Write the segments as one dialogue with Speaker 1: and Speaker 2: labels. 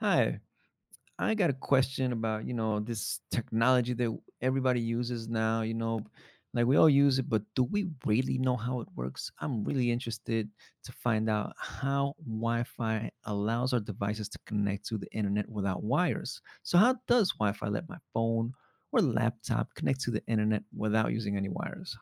Speaker 1: Hi, I got a question about this technology that everybody uses now, like we all use it, but do we really know how it works? I'm really interested to find out how Wi-Fi allows our devices to connect to the internet without wires. So how does Wi-Fi let my phone or laptop connect to the internet without using any wires?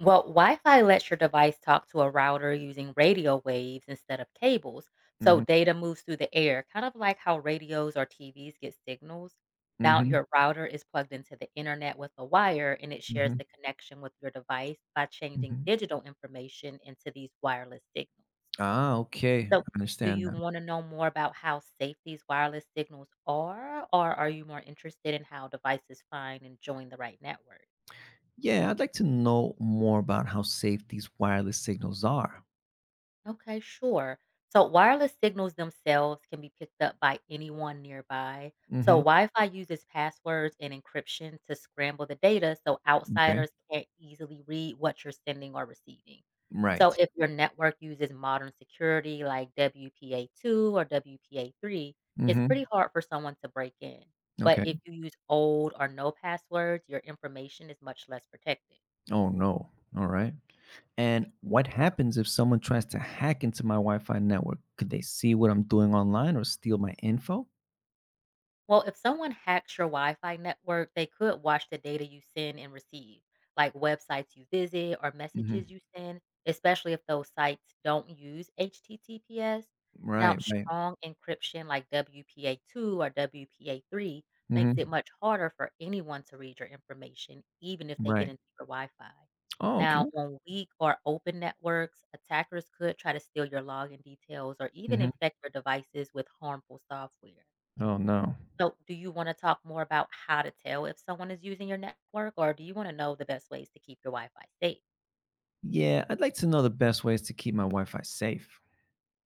Speaker 2: Well, Wi Fi lets your device talk to a router using radio waves instead of cables. So
Speaker 1: Hmm.
Speaker 2: data moves through the air, kind of like how radios or TVs get signals. Now,
Speaker 1: Hmm.
Speaker 2: your router is plugged into the internet with a wire, and it shares
Speaker 1: Hmm.
Speaker 2: the connection with your device by changing
Speaker 1: Hmm.
Speaker 2: digital information into these wireless signals.
Speaker 1: Ah, okay.
Speaker 2: So,
Speaker 1: I
Speaker 2: do
Speaker 1: understand.
Speaker 2: you want to know more about how safe these wireless signals are, or are you more interested in how devices find and join the right network?
Speaker 1: Yeah, I'd like to know more about how safe these wireless signals are.
Speaker 2: Okay, sure. So wireless signals themselves can be picked up by anyone nearby. So
Speaker 1: Hmm.
Speaker 2: Wi-Fi uses passwords and encryption to scramble the data so
Speaker 1: Okay.
Speaker 2: outsiders can't easily read what you're sending or receiving. So
Speaker 1: Right.
Speaker 2: if your network uses modern security like WPA2 or WPA3, it's pretty
Speaker 1: Hmm.
Speaker 2: hard for someone to break in. But if
Speaker 1: Okay.
Speaker 2: you use old or no passwords, your information is much less protected.
Speaker 1: Oh, no. All right. And what happens if someone tries to hack into my Wi Fi network? Could they see what I'm doing online or steal my info?
Speaker 2: Well, if someone hacks your Wi Fi network, they could watch the data you send and receive, like websites you visit or
Speaker 1: Hmm.
Speaker 2: messages you send, especially if those sites don't use HTTPS. Now,
Speaker 1: Right. Right.
Speaker 2: strong encryption like WPA2 or WPA3 makes it
Speaker 1: Hmm.
Speaker 2: much harder for anyone to read your information, even if they get
Speaker 1: Right.
Speaker 2: into your Wi Fi.
Speaker 1: Oh,
Speaker 2: Now,
Speaker 1: okay.
Speaker 2: on weak or open networks, attackers could try to steal your login details or even
Speaker 1: Hmm.
Speaker 2: infect your devices with harmful software.
Speaker 1: Oh, no.
Speaker 2: So, do you wanna talk more about how to tell if someone is using your network, or do you wanna know the best ways to keep your Wi-Fi safe?
Speaker 1: Yeah, I'd like to know the best ways to keep my Wi Fi safe.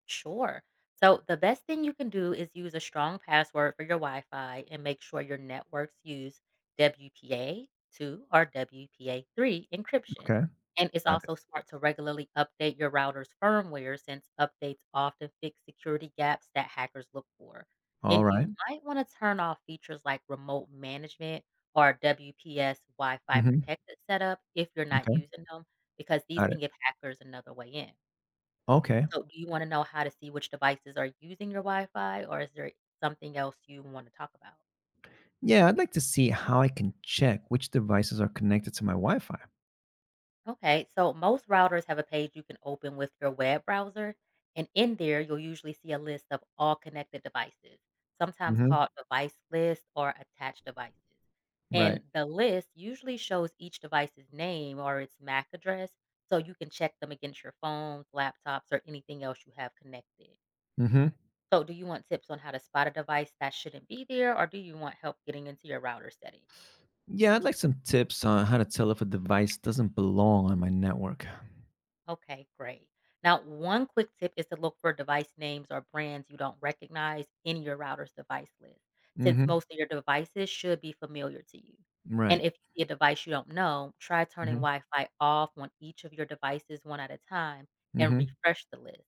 Speaker 2: Sure. So the best thing you can do is use a strong password for your Wi-Fi and make sure your networks use WPA2 or WPA3 encryption.
Speaker 1: Okay.
Speaker 2: And it's
Speaker 1: Got it.
Speaker 2: also smart to regularly update your router's firmware, since updates often fix security gaps that hackers look for.
Speaker 1: All
Speaker 2: And
Speaker 1: right.
Speaker 2: you might want to turn off features like remote management or WPS Wi Fi
Speaker 1: Mm-hmm.
Speaker 2: protected setup if you're not
Speaker 1: Okay.
Speaker 2: using them, because these
Speaker 1: Got
Speaker 2: can
Speaker 1: it.
Speaker 2: give hackers another way in.
Speaker 1: Okay.
Speaker 2: So, do you wanna know how to see which devices are using your Wi-Fi, or is there something else you wanna talk about?
Speaker 1: Yeah, I'd like to see how I can check which devices are connected to my Wi-Fi.
Speaker 2: Okay, so most routers have a page you can open with your web browser, and in there, you'll usually see a list of all connected devices, sometimes
Speaker 1: Hmm.
Speaker 2: called device list or attached devices.
Speaker 1: Right.
Speaker 2: And the list usually shows each device's name or its MAC address, so you can check them against your phones, laptops, or anything else you have connected.
Speaker 1: Hmm.
Speaker 2: So, do you want tips on how to spot a device that shouldn't be there, or do you want help getting into your router settings?
Speaker 1: Yeah, I'd like some tips on how to tell if a device doesn't belong on my network.
Speaker 2: Okay, great. Now, one quick tip is to look for device names or brands you don't recognize in your router's device list, since
Speaker 1: Hmm.
Speaker 2: most of your devices should be familiar to you. And
Speaker 1: Right.
Speaker 2: if you see a device you don't know, try turning
Speaker 1: Hmm.
Speaker 2: Wi Fi off on each of your devices one at a time and
Speaker 1: Hmm.
Speaker 2: refresh the list.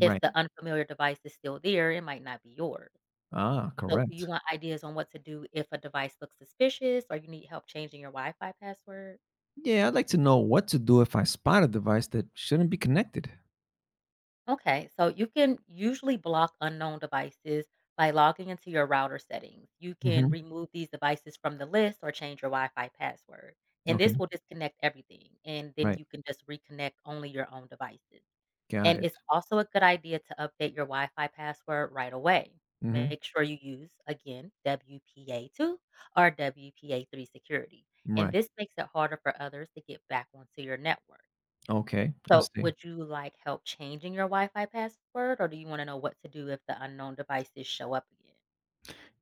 Speaker 2: If the unfamiliar device is still there, it might not be yours.
Speaker 1: Ah,
Speaker 2: So, do you
Speaker 1: correct.
Speaker 2: want ideas on what to do if a device looks suspicious, or you need help changing your Wi-Fi password?
Speaker 1: Yeah, I'd like to know what to do if I spot a device that shouldn't be connected.
Speaker 2: Okay, so you can usually block unknown devices by logging into your router settings. You can
Speaker 1: Hmm.
Speaker 2: remove these devices from the list or change your Wi-Fi password. And
Speaker 1: Okay.
Speaker 2: this will disconnect everything. And then
Speaker 1: Right.
Speaker 2: you can just reconnect only your own devices.
Speaker 1: Got
Speaker 2: And
Speaker 1: it.
Speaker 2: it's also a good idea to update your Wi-Fi password right away.
Speaker 1: Hmm.
Speaker 2: Make sure you use, again, WPA2 or WPA3 security. And
Speaker 1: Right.
Speaker 2: this makes it harder for others to get back onto your network.
Speaker 1: Okay. I
Speaker 2: So,
Speaker 1: see.
Speaker 2: would you like help changing your Wi Fi password, or do you want to know what to do if the unknown devices show up again?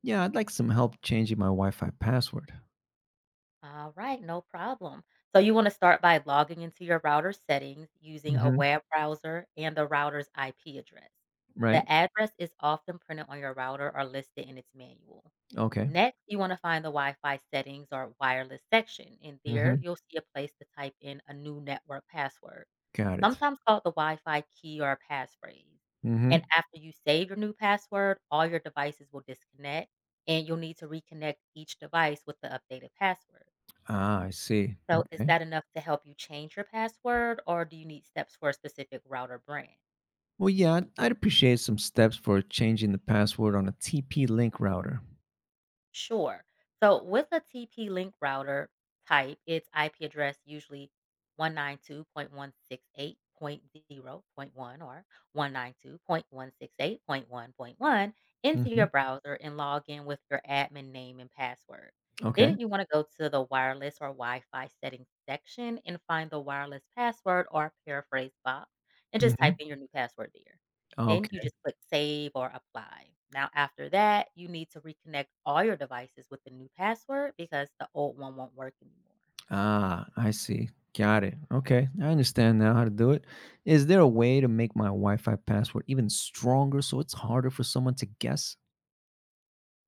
Speaker 1: Yeah, I'd like some help changing my Wi Fi password.
Speaker 2: All right, no problem. So you want to start by logging into your router settings using a
Speaker 1: Hmm.
Speaker 2: web browser and the router's IP address.
Speaker 1: Right.
Speaker 2: The address is often printed on your router or listed in its manual.
Speaker 1: Okay.
Speaker 2: Next, you want to find the Wi Fi settings or wireless section. In there,
Speaker 1: Hmm.
Speaker 2: you'll see a place to type in a new network password,
Speaker 1: Got it.
Speaker 2: sometimes called the Wi Fi key or passphrase. And
Speaker 1: Mhm.
Speaker 2: after you save your new password, all your devices will disconnect and you'll need to reconnect each device with the updated password.
Speaker 1: Ah, I see.
Speaker 2: So, is
Speaker 1: Okay.
Speaker 2: that enough to help you change your password, or do you need steps for a specific router brand?
Speaker 1: Well, yeah, I'd appreciate some steps for changing the password on a TP link router.
Speaker 2: Sure. So, with a TP link router, type its IP address, usually 192.168.0.1 or 192.168.1.1, into your
Speaker 1: Mhm.
Speaker 2: browser and log in with your admin name and password.
Speaker 1: Okay.
Speaker 2: Then you want to go to the wireless or Wi Fi settings section, and find the wireless password or paraphrase box, and just type
Speaker 1: Mhm.
Speaker 2: in your new password there. Then you
Speaker 1: Okay.
Speaker 2: just click save or apply. Now, after that, you need to reconnect all your devices with the new password, because the old one won't work anymore.
Speaker 1: Ah, I see. Got it. Okay. I understand now how to do it. Is there a way to make my Wi-Fi password even stronger so it's harder for someone to guess?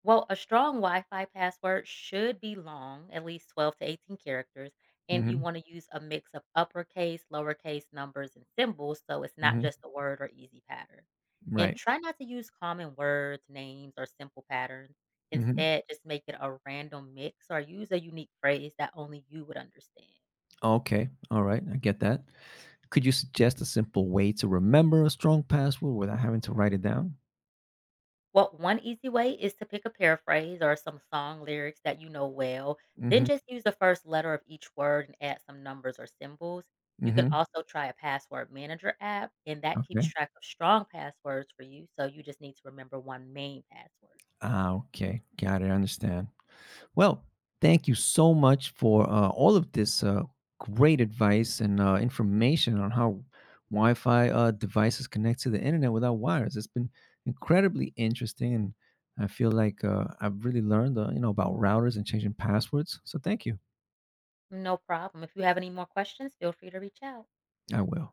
Speaker 2: Well, a strong Wi Fi password should be long, at least 12 to 18 characters, and you
Speaker 1: Mhm.
Speaker 2: want to use a mix of uppercase, lowercase numbers, and symbols so it's not
Speaker 1: Mhm.
Speaker 2: just a word or easy pattern. And
Speaker 1: Right.
Speaker 2: try not to use common words, names, or simple patterns.
Speaker 1: Mhm.
Speaker 2: Instead, just make it a random mix or use a unique phrase that only you would understand.
Speaker 1: Okay. All right. I get that. Could you suggest a simple way to remember a strong password without having to write it down?
Speaker 2: Well, one easy way is to pick a paraphrase or some song lyrics that you know well, then
Speaker 1: Mhm.
Speaker 2: just use the first letter of each word and add some numbers or symbols. You can
Speaker 1: Mhm.
Speaker 2: also try a password manager app, and that keeps
Speaker 1: Okay.
Speaker 2: track of strong passwords for you. So you just need to remember one main password.
Speaker 1: Ah, okay. Got it. I understand. Well, thank you so much for all of this great advice and information on how Wi Fi devices connect to the internet without wires. It's been incredibly interesting. And I feel like I've really learned about routers and changing passwords. So thank you.
Speaker 2: No problem. If you have any more questions, feel free to reach out.
Speaker 1: I will.